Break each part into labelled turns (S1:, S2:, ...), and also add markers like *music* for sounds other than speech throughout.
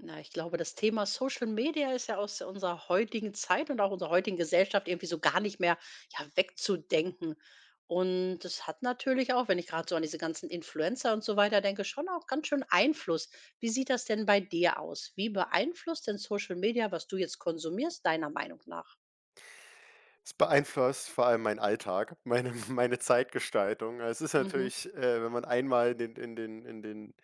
S1: Na, ich glaube, das Thema Social Media ist ja aus unserer heutigen Zeit und auch unserer heutigen Gesellschaft irgendwie so gar nicht mehr, ja, wegzudenken. Und das hat natürlich auch, wenn ich gerade so an diese ganzen Influencer und so weiter denke, schon auch ganz schön Einfluss. Wie sieht das denn bei dir aus? Wie beeinflusst denn Social Media, was du jetzt konsumierst, deiner Meinung nach?
S2: Es beeinflusst vor allem meinen Alltag, meine *laughs* meine Zeitgestaltung. Es ist
S1: Mhm.
S2: natürlich, wenn man einmal in den in den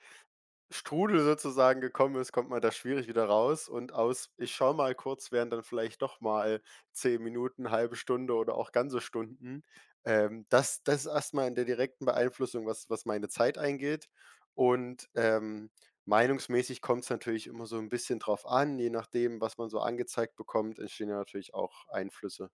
S2: Strudel sozusagen gekommen ist, kommt man da schwierig wieder raus, und aus „ich schaue mal kurz" werden dann vielleicht doch mal 10 Minuten, halbe Stunde oder auch ganze Stunden. Das ist erstmal in der direkten Beeinflussung, was meine Zeit eingeht. Und meinungsmäßig kommt es natürlich immer so ein bisschen drauf an, je nachdem, was man so angezeigt bekommt, entstehen ja natürlich auch Einflüsse.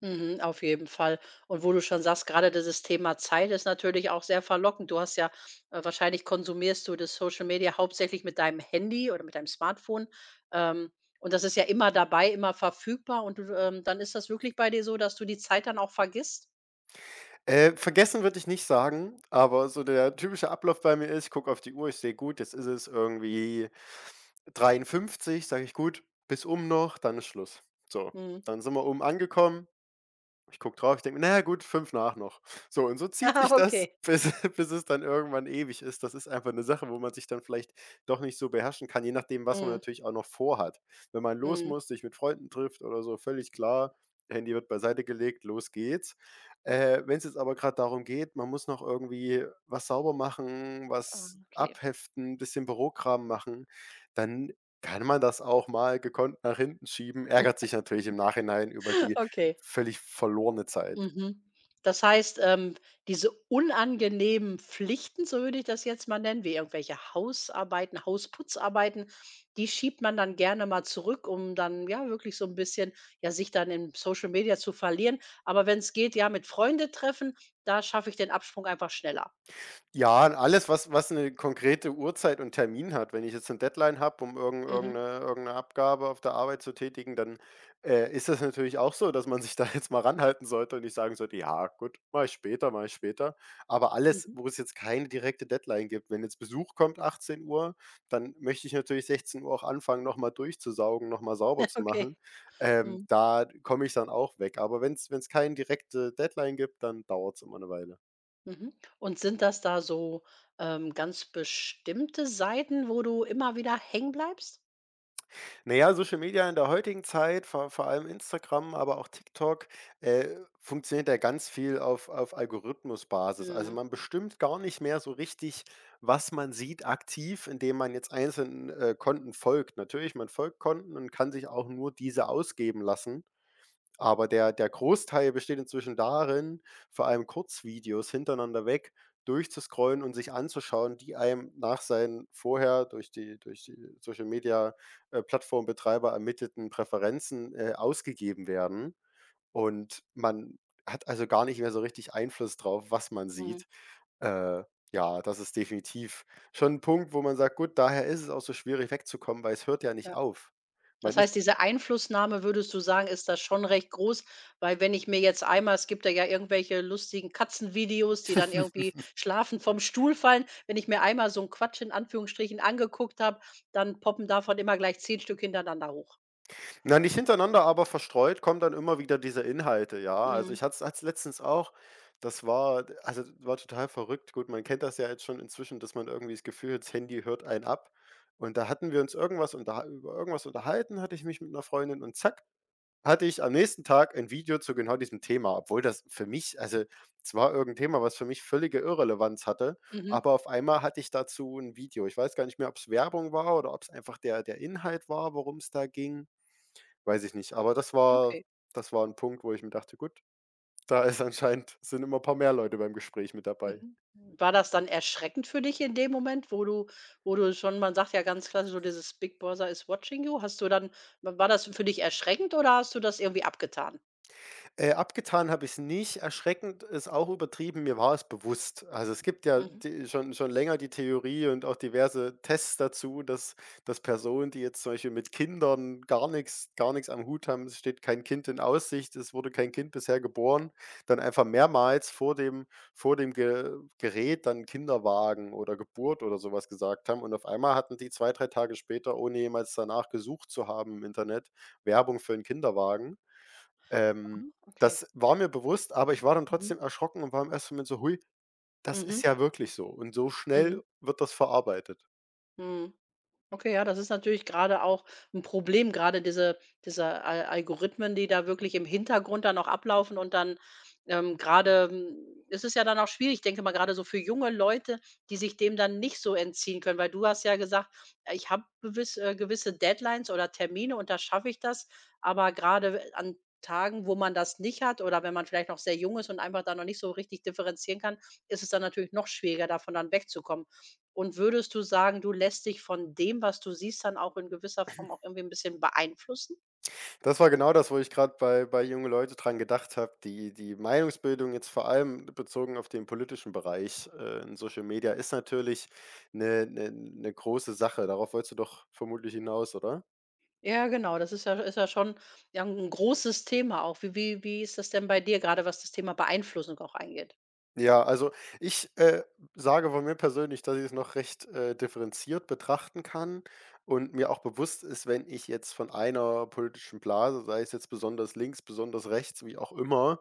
S1: Mhm, auf jeden Fall. Und wo du schon sagst, gerade dieses Thema Zeit ist natürlich auch sehr verlockend. Du hast ja wahrscheinlich konsumierst du das Social Media hauptsächlich mit deinem Handy oder mit deinem Smartphone. Ähm, und das ist ja immer dabei, immer verfügbar. Und du, dann ist das wirklich bei dir so, dass du die Zeit dann auch vergisst?
S2: Vergessen würde ich nicht sagen, aber so der typische Ablauf bei mir ist: Ich gucke auf die Uhr, ich sehe, gut, jetzt ist es irgendwie 53, sage ich: „Gut, bis um noch, dann ist Schluss." So,
S1: Mhm.
S2: dann sind wir oben angekommen. Ich gucke drauf, ich denke mir: „Na ja gut, 5 nach noch." So, und so zieht
S1: *laughs*
S2: sich
S1: Ah,
S2: das
S1: okay.
S2: *laughs* bis es dann irgendwann ewig ist. Das ist einfach eine Sache, wo man sich dann vielleicht doch nicht so beherrschen kann, je nachdem, was man
S1: Mhm.
S2: natürlich auch noch vorhat. Wenn man los
S1: Mhm.
S2: muss, sich mit Freunden trifft oder so, völlig klar, Handy wird beiseite gelegt, los geht's. Wenn es jetzt aber gerade darum geht, man muss noch irgendwie was sauber machen,
S1: Ah,
S2: was
S1: okay.
S2: abheften, ein bisschen Bürokram machen, dann kann man das auch mal gekonnt nach hinten schieben, ärgert sich natürlich im Nachhinein über
S1: *laughs*
S2: die
S1: Okay.
S2: völlig verlorene Zeit.
S1: Mhm. Das heißt, diese unangenehmen Pflichten, so würde ich das jetzt mal nennen, wie irgendwelche Hausarbeiten, Hausputzarbeiten, die schiebt man dann gerne mal zurück, um dann ja wirklich so ein bisschen, ja, sich dann in Social Media zu verlieren. Aber wenn es geht, ja, mit Freunde treffen, da schaffe ich den Absprung einfach schneller.
S2: Ja, und alles, was eine konkrete Uhrzeit und Termin hat. Wenn ich jetzt eine Deadline habe, um irgend
S1: Mhm,
S2: irgendeine 'ne 'ne Abgabe auf der Arbeit zu tätigen, dann ist das natürlich auch so, dass man sich *laughs* da jetzt mal ranhalten sollte und nicht sagen sollte: „Ja, gut, mache ich später, mache ich später." Aber alles,
S1: mhm.
S2: wo es jetzt keine direkte Deadline gibt: Wenn jetzt Besuch kommt 18 Uhr, dann möchte ich natürlich 16 Uhr auch anfangen, noch mal durchzusaugen, noch mal sauber
S1: *laughs*
S2: zu machen.
S1: Okay.
S2: Ähm,
S1: Mhm,
S2: da komme ich dann auch weg. Aber wenn es keinen direkte Deadline gibt, dann dauert es immer eine Weile.
S1: mhm. Und sind das da so, ganz bestimmte Seiten, wo du immer wieder hängen bleibst?
S2: Na ja, Social Media in der heutigen Zeit, vor allem Instagram, aber auch TikTok, äh, funktioniert ja ganz viel auf Algorithmusbasis. Also,
S1: Mhm,
S2: man bestimmt gar nicht mehr so richtig, was man sieht, aktiv, indem man jetzt einzelnen Konten folgt. Natürlich, man folgt Konten und kann sich auch nur diese ausgeben lassen. Aber der Großteil besteht inzwischen darin, vor allem Kurzvideos hintereinander weg durchzuscrollen und sich anzuschauen, die einem nach seinen vorher durch die Social Media Plattformbetreiber ermittelten Präferenzen ausgegeben werden. Und man hat also gar nicht mehr so richtig Einfluss drauf, was man
S1: mhm.
S2: sieht. Äh, ja, das ist definitiv schon ein Punkt, wo man sagt: „Gut, daher ist es auch so schwierig wegzukommen, weil es hört ja nicht
S1: Ja.
S2: auf." Man
S1: Das heißt,
S2: ist
S1: diese Einflussnahme, würdest du sagen, ist da schon recht groß, weil wenn ich mir jetzt einmal es gibt da ja irgendwelche lustigen Katzenvideos, die dann
S2: *laughs*
S1: irgendwie schlafend vom Stuhl fallen. Wenn ich mir einmal so 'n Quatsch in Anführungsstrichen angeguckt habe, dann poppen davon immer gleich 10 Stück hintereinander hoch.
S2: Na, nicht hintereinander, aber verstreut kommen dann immer wieder diese Inhalte, ja. Also,
S1: Mhm,
S2: ich hatte es letztens auch, das war also, war total verrückt. Gut, man kennt das ja jetzt schon inzwischen, dass man irgendwie das Gefühl hat, das Handy hört einen ab. Und da hatten wir uns irgendwas unterha über irgendwas unterhalten, hatte ich mich mit einer Freundin, und zack, hatte ich am nächsten Tag ein Video zu genau diesem Thema, obwohl das für mich also, es war irgendein Thema, was für mich völlige Irrelevanz hatte,
S1: mhm,
S2: aber auf einmal hatte ich dazu ein Video. Ich weiß gar nicht mehr, ob es Werbung war oder ob es einfach der Inhalt war, worum es da ging. Weiß ich nicht, aber
S1: okay,
S2: das war 'n Punkt, wo ich mir dachte: „Gut, da ist anscheinend, sind immer paar mehr Leute beim Gespräch mit dabei."
S1: mhm. War das dann erschreckend für dich in dem Moment, wo du schon, man sagt ja ganz klassisch so dieses „Big Brother is watching you". Hast du dann war das für dich erschreckend oder hast du das irgendwie abgetan?
S2: Abgetan habe ich es nicht. Erschreckend ist auch übertrieben, mir war es bewusst. Also, es gibt ja
S1: Mhm.
S2: d schon schon länger die Theorie und auch diverse Tests dazu, dass Personen, die jetzt zum Beispiel mit Kindern gar nichts am Hut haben, es steht kein Kind in Aussicht, es wurde kein Kind bisher geboren, dann einfach mehrmals vor dem Ge Gerät dann Kinderwagen oder Geburt oder sowas gesagt haben und auf einmal hatten die 2 3 Tage später, ohne jemals danach gesucht zu haben im Internet, Werbung für einen Kinderwagen.
S1: Ah,
S2: Ähm,
S1: okay.
S2: das war mir bewusst, aber ich war dann
S1: Mhm.
S2: trotzdem erschrocken und war im ersten Moment so: „Hui, das ist
S1: Mhm,
S2: ja wirklich so, und so
S1: mhm,
S2: schnell wird das verarbeitet."
S1: mhm. Okay, ja, das ist natürlich gerade auch ein Problem. Gerade diese Al Algorithmen, die da wirklich im Hintergrund dann auch ablaufen und dann, grade, ist es ja dann auch schwierig, ich denke mal, gerade so für junge Leute, die sich dem dann nicht so entziehen können, weil du hast ja gesagt: „Ich habe gewisse Deadlines oder Termine und da schaffe ich das." Aber gerade an Tagen, wo man das nicht hat oder wenn man vielleicht noch sehr jung ist und einfach da noch nicht so richtig differenzieren kann, ist es dann natürlich noch schwieriger, davon dann wegzukommen. Und würdest du sagen, du lässt dich von dem, was du siehst, dann auch in gewisser Form auch irgendwie ein bisschen beeinflussen?
S2: Das war genau das, wo ich gerade bei jungen Leuten dran gedacht habe: Die die Meinungsbildung jetzt vor allem bezogen auf den politischen Bereich in Social Media ist natürlich eine große Sache. Darauf wolltest du doch vermutlich hinaus, oder?
S1: Ja, genau, das ist ja schon, ja, 'n großes Thema auch. Wie ist das denn bei dir, gerade, was das Thema Beeinflussung auch eingeht?
S2: Ja, also ich sage von mir persönlich, dass ich es noch recht differenziert betrachten kann und mir auch bewusst ist: Wenn ich jetzt von einer politischen Blase, sei es jetzt besonders links, besonders rechts, wie auch immer,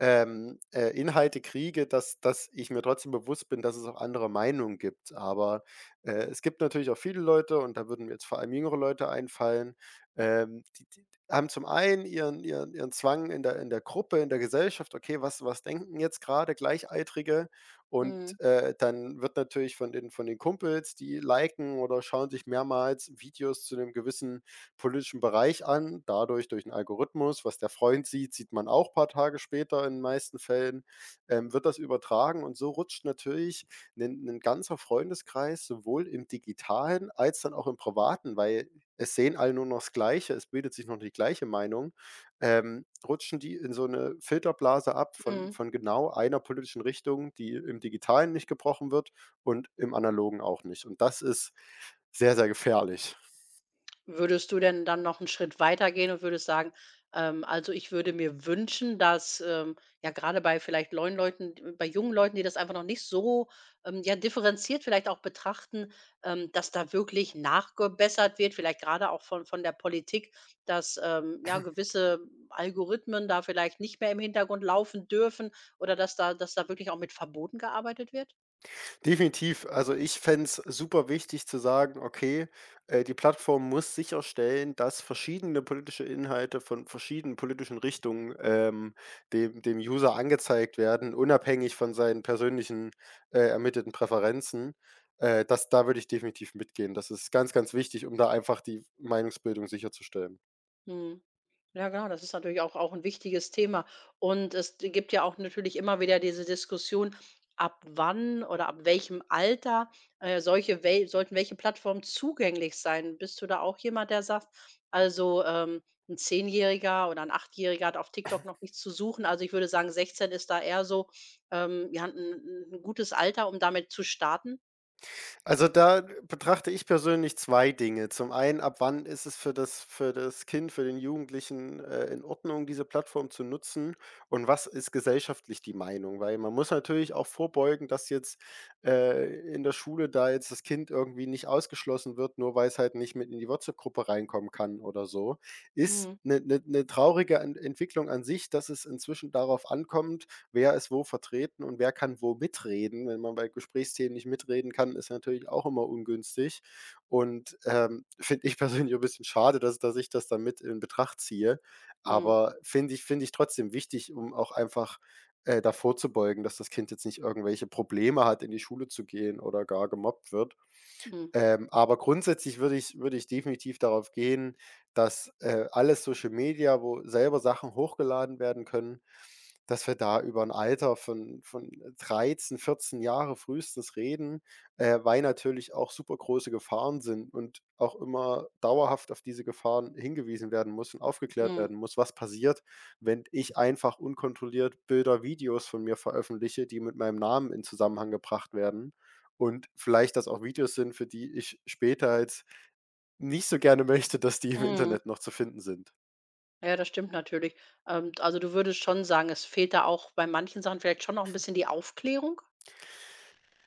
S2: ähm, äh, Inhalte kriege, dass ich mir trotzdem bewusst bin, dass es auch andere Meinungen gibt. Aber es gibt natürlich auch viele Leute, und da würden mir jetzt vor allem jüngere Leute einfallen, die haben zum einen ihren Zwang in der Gruppe, in der Gesellschaft: „Okay, was was denken jetzt gerade Gleichaltrige?" Und
S1: Mhm.
S2: dann wird natürlich von den Kumpels, die liken oder schauen sich mehrmals Videos zu einem gewissen politischen Bereich an, dadurch durch 'n Algorithmus. Was der Freund sieht, sieht man auch ein paar Tage später in den meisten Fällen wird das übertragen, und so rutscht natürlich ein 'nen ganzer Freundeskreis sowohl im Digitalen als dann auch im Privaten, weil es sehen alle nur noch das Gleiche, es bildet sich noch die gleiche Meinung rutschen die in so eine Filterblase ab,
S1: Mhm.
S2: von genau einer politischen Richtung, die im Digitalen nicht gebrochen wird und im Analogen auch nicht. Und das ist sehr, sehr gefährlich.
S1: Würdest du denn dann noch einen Schritt weitergehen und würdest sagen, also, ich würde mir wünschen, dass, ja, gerade bei vielleicht neuen Leuten d bei jungen Leuten, die das einfach noch nicht so, ja, differenziert vielleicht auch betrachten, dass da wirklich nachgebessert wird, vielleicht gerade auch von der Politik, dass, ja, gewisse Algorithmen da vielleicht nicht mehr im Hintergrund laufen dürfen oder dass da wirklich auch mit Verboten gearbeitet wird?
S2: Definitiv. Also, ich fände es super wichtig zu sagen: „Okay die Plattform muss sicherstellen, dass verschiedene politische Inhalte von verschiedenen politischen Richtungen dem User angezeigt werden, unabhängig von seinen persönlichen ermittelten Präferenzen." Das da würde ich definitiv mitgehen. Das ist ganz, ganz wichtig, um da einfach die Meinungsbildung sicherzustellen.
S1: Mhm. Ja, genau, das ist natürlich auch ein wichtiges Thema. Und es gibt ja auch natürlich immer wieder diese Diskussion, ab wann oder ab welchem Alter, solche wel sollten welche Plattformen zugänglich sein. Bist du da auch jemand, der sagt: „Also, 'n Zehnjähriger oder ein Achtjähriger hat auf TikTok noch nichts zu suchen." Also, ich würde sagen, 16 ist da eher so, ja, ein 'n 'n gutes Alter, um damit zu starten?
S2: Also, da betrachte ich persönlich 2 Dinge. Zum einen, ab wann ist es für das Kind, für den Jugendlichen in Ordnung, diese Plattform zu nutzen, und was ist gesellschaftlich die Meinung? Weil man muss natürlich auch vorbeugen, dass jetzt in der Schule da jetzt das Kind irgendwie nicht ausgeschlossen wird, nur weil es halt nicht mit in die WhatsApp-Gruppe reinkommen kann oder so. Ist
S1: Mhm.
S2: eine traurige Entwicklung an sich, dass es inzwischen darauf ankommt, wer ist wo vertreten und wer kann wo mitreden. Wenn man bei Gesprächsthemen nicht mitreden kann, ist natürlich auch immer ungünstig. Und finde ich persönlich ein bisschen schade, dass ich das dann mit in Betracht ziehe.
S1: Mhm.
S2: Aber finde ich trotzdem wichtig, um auch einfach davor zu beugen, dass das Kind jetzt nicht irgendwelche Probleme hat, in die Schule zu gehen oder gar gemobbt wird.
S1: Mhm.
S2: Aber grundsätzlich würde ich definitiv darauf gehen, dass alles Social Media, wo selber Sachen hochgeladen werden können, dass wir da über ein Alter von dreizehn, 14 Jahre frühestens reden weil natürlich auch super große Gefahren sind und auch immer dauerhaft auf diese Gefahren hingewiesen werden muss und aufgeklärt
S1: Mhm.
S2: werden muss, was passiert, wenn ich einfach unkontrolliert Bilder, Videos von mir veröffentliche, die mit meinem Namen in Zusammenhang gebracht werden, und vielleicht das auch Videos sind, für die ich später jetzt nicht so gerne möchte, dass die im
S1: Mhm.
S2: Internet noch zu finden sind.
S1: Ja, das stimmt natürlich. Also du würdest schon sagen, es fehlt da auch bei manchen Sachen vielleicht schon noch ein bisschen die Aufklärung?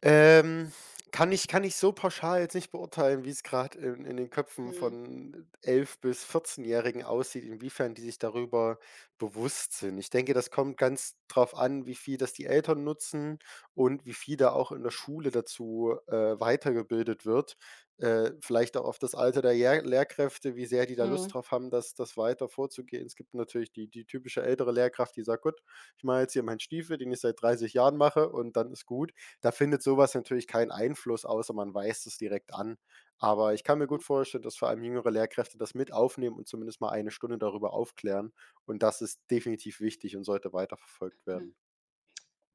S2: Ähm, kann ich so pauschal jetzt nicht beurteilen, wie's grad in den Köpfen
S1: Mhm.
S2: von 11 bis Vierzehnjährigen aussieht, inwiefern die sich darüber bewusst sind. Ich denke, das kommt ganz drauf an, wie viel das die Eltern nutzen und wie viel da auch in der Schule dazu weitergebildet wird. Vielleicht auch auf das Alter der Lehrkräfte, wie sehr die da Lust
S1: Mhm.
S2: drauf haben, das weiter vorzugehen. Es gibt natürlich die typische ältere Lehrkraft, die sagt: „Gut, ich mache jetzt hier meinen Stiefel, den ich seit 30 Jahren mache, und dann ist gut." Da findet sowas natürlich keinen Einfluss, außer man weist es direkt an. Aber ich kann mir gut vorstellen, dass vor allem jüngere Lehrkräfte das mit aufnehmen und zumindest mal eine Stunde darüber aufklären. Und das ist definitiv wichtig und sollte weiterverfolgt
S1: Mhm.
S2: werden.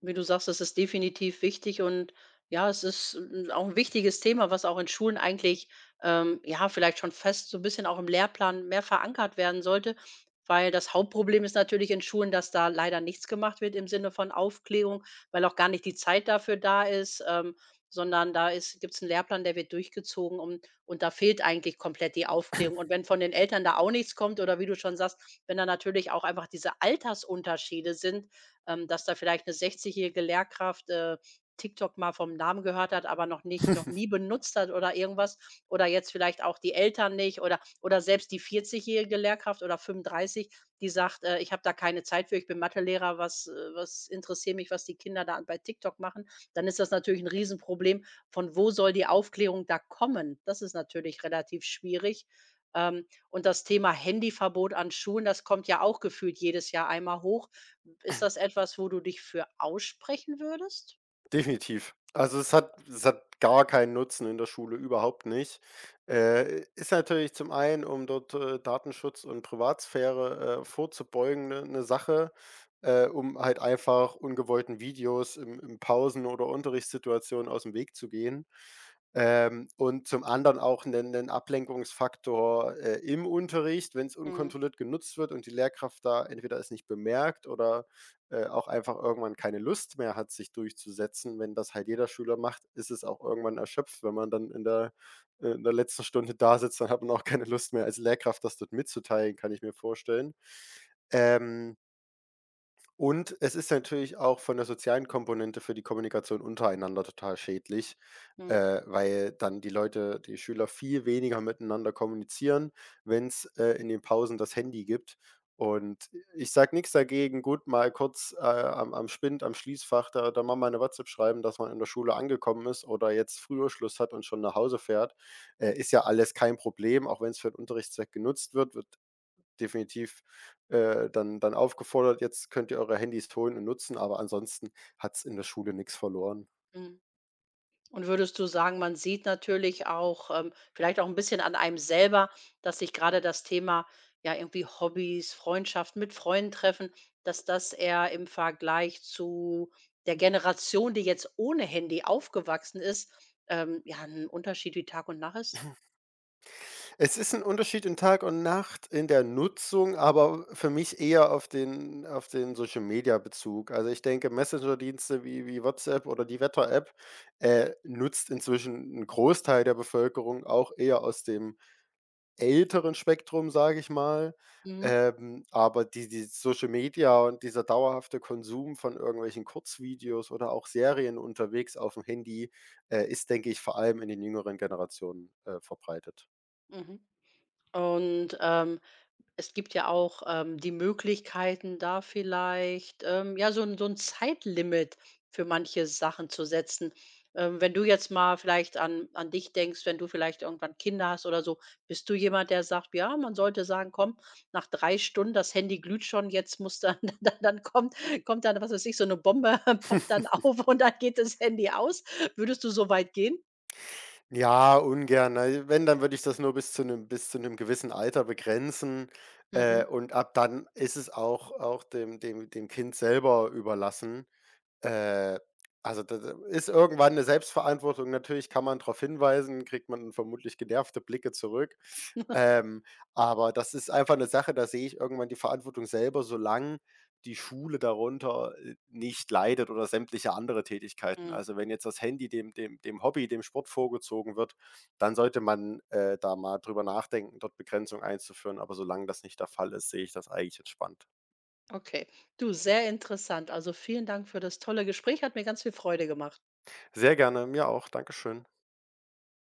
S1: Wie du sagst, das ist definitiv wichtig und, ja, es ist auch ein wichtiges Thema, was auch in Schulen eigentlich, ja, vielleicht schon fest so ein bisschen auch im Lehrplan mehr verankert werden sollte, weil das Hauptproblem ist natürlich in Schulen, dass da leider nichts gemacht wird im Sinne von Aufklärung, weil auch gar nicht die Zeit dafür da ist, sondern da gibt es einen Lehrplan, der wird durchgezogen und da fehlt eigentlich komplett die Aufklärung. Und wenn von den Eltern da auch nichts kommt oder wie du schon sagst, wenn da natürlich auch einfach diese Altersunterschiede sind, dass da vielleicht eine 60-jährige Lehrkraft, TikTok mal vom Namen gehört hat, aber noch nie benutzt hat oder irgendwas oder jetzt vielleicht auch die Eltern nicht oder selbst die 40-jährige Lehrkraft oder 35, die sagt: „Ich habe da keine Zeit für, ich bin Mathelehrer, was interessiert mich, was die Kinder da bei TikTok machen?" Dann ist das natürlich ein Riesenproblem. Von wo soll die Aufklärung da kommen? Das ist natürlich relativ schwierig. Und das Thema Handyverbot an Schulen, das kommt ja auch gefühlt jedes Jahr einmal hoch. Ist das etwas, wo du dich für aussprechen würdest?
S2: Definitiv. Also, es hat gar keinen Nutzen in der Schule, überhaupt nicht. Ist natürlich zum einen, um dort Datenschutz und Privatsphäre vorzubeugen, eine Sache um halt einfach ungewollten Videos im im Pausen- oder Unterrichtssituationen aus dem Weg zu gehen. Und zum anderen auch einen Ablenkungsfaktor im Unterricht, wenn es
S1: Mhm,
S2: unkontrolliert genutzt wird und die Lehrkraft da entweder es nicht bemerkt oder auch einfach irgendwann keine Lust mehr hat, sich durchzusetzen. Wenn das halt jeder Schüler macht, ist es auch irgendwann erschöpft; wenn man dann in der letzten Stunde da sitzt, dann hat man auch keine Lust mehr als Lehrkraft, das dort mitzuteilen, kann ich mir vorstellen. Ähm und es ist natürlich auch von der sozialen Komponente für die Kommunikation untereinander total schädlich
S1: mhm,
S2: weil dann die Leute, die Schüler, viel weniger miteinander kommunizieren, wenn's in den Pausen das Handy gibt. Und ich sage nichts dagegen, gut, mal kurz, am Spind, am Schließfach da mal eine WhatsApp schreiben, dass man in der Schule angekommen ist oder jetzt früher Schluss hat und schon nach Hause fährt. Ist ja alles kein Problem, auch wenn es für den Unterrichtszweck genutzt wird, wird definitiv, dann aufgefordert: „Jetzt könnt ihr eure Handys holen und nutzen", aber ansonsten hat es in der Schule nichts verloren.
S1: mhm. Und würdest du sagen, man sieht natürlich auch, vielleicht auch ein bisschen an einem selber, dass sich gerade das Thema, ja, irgendwie Hobbys, Freundschaften, mit Freunden treffen, dass das eher im Vergleich zu der Generation, die jetzt ohne Handy aufgewachsen ist, ja, 'n Unterschied wie Tag und Nacht ist?
S2: Es ist ein Unterschied in Tag und Nacht in der Nutzung, aber für mich eher auf den Social Media Bezug. Also, ich denke, Messenger-Dienste wie WhatsApp oder die Wetter-App nutzt inzwischen ein Großteil der Bevölkerung auch eher aus dem älteren Spektrum, sage ich mal.
S1: Mhm,
S2: Aber die Social Media und dieser dauerhafte Konsum von irgendwelchen Kurzvideos oder auch Serien unterwegs auf dem Handy ist, denke ich, vor allem in den jüngeren Generationen verbreitet.
S1: mhm. Und. Es gibt ja auch, die Möglichkeiten, da vielleicht, ja, so 'n Zeitlimit für manche Sachen zu setzen. Wenn du jetzt mal vielleicht an dich denkst, wenn du vielleicht irgendwann Kinder hast oder so, bist du jemand, der sagt: „Ja, man sollte sagen, komm, nach 3 Stunden, das Handy glüht schon, jetzt muss dann *laughs* dann kommt dann, was weiß ich, so eine Bombe *laughs* poppt dann auf und dann geht das Handy aus." Würdest du so weit gehen?
S2: Ja, ungern. Ne, wenn, dann würde ich das nur bis zu 'nem gewissen Alter begrenzen
S1: Mhm.
S2: und ab dann ist es auch dem Kind selber überlassen. Äh, also, da ist irgendwann 'ne Selbstverantwortung. Natürlich kann man drauf hinweisen, kriegt man vermutlich genervte Blicke zurück. Ähm, aber das ist einfach 'ne Sache, da sehe ich irgendwann die Verantwortung selber, solange die Schule darunter nicht leidet oder sämtliche andere Tätigkeiten.
S1: Mhm.
S2: Also, wenn jetzt das Handy dem Hobby, dem Sport vorgezogen wird, dann sollte man da mal drüber nachdenken, dort Begrenzung einzuführen. Aber solange das nicht der Fall ist, sehe ich das eigentlich entspannt.
S1: Okay. Du, sehr interessant. Also vielen Dank für das tolle Gespräch. Hat mir ganz viel Freude gemacht.
S2: Sehr gerne, mir auch. Dankeschön.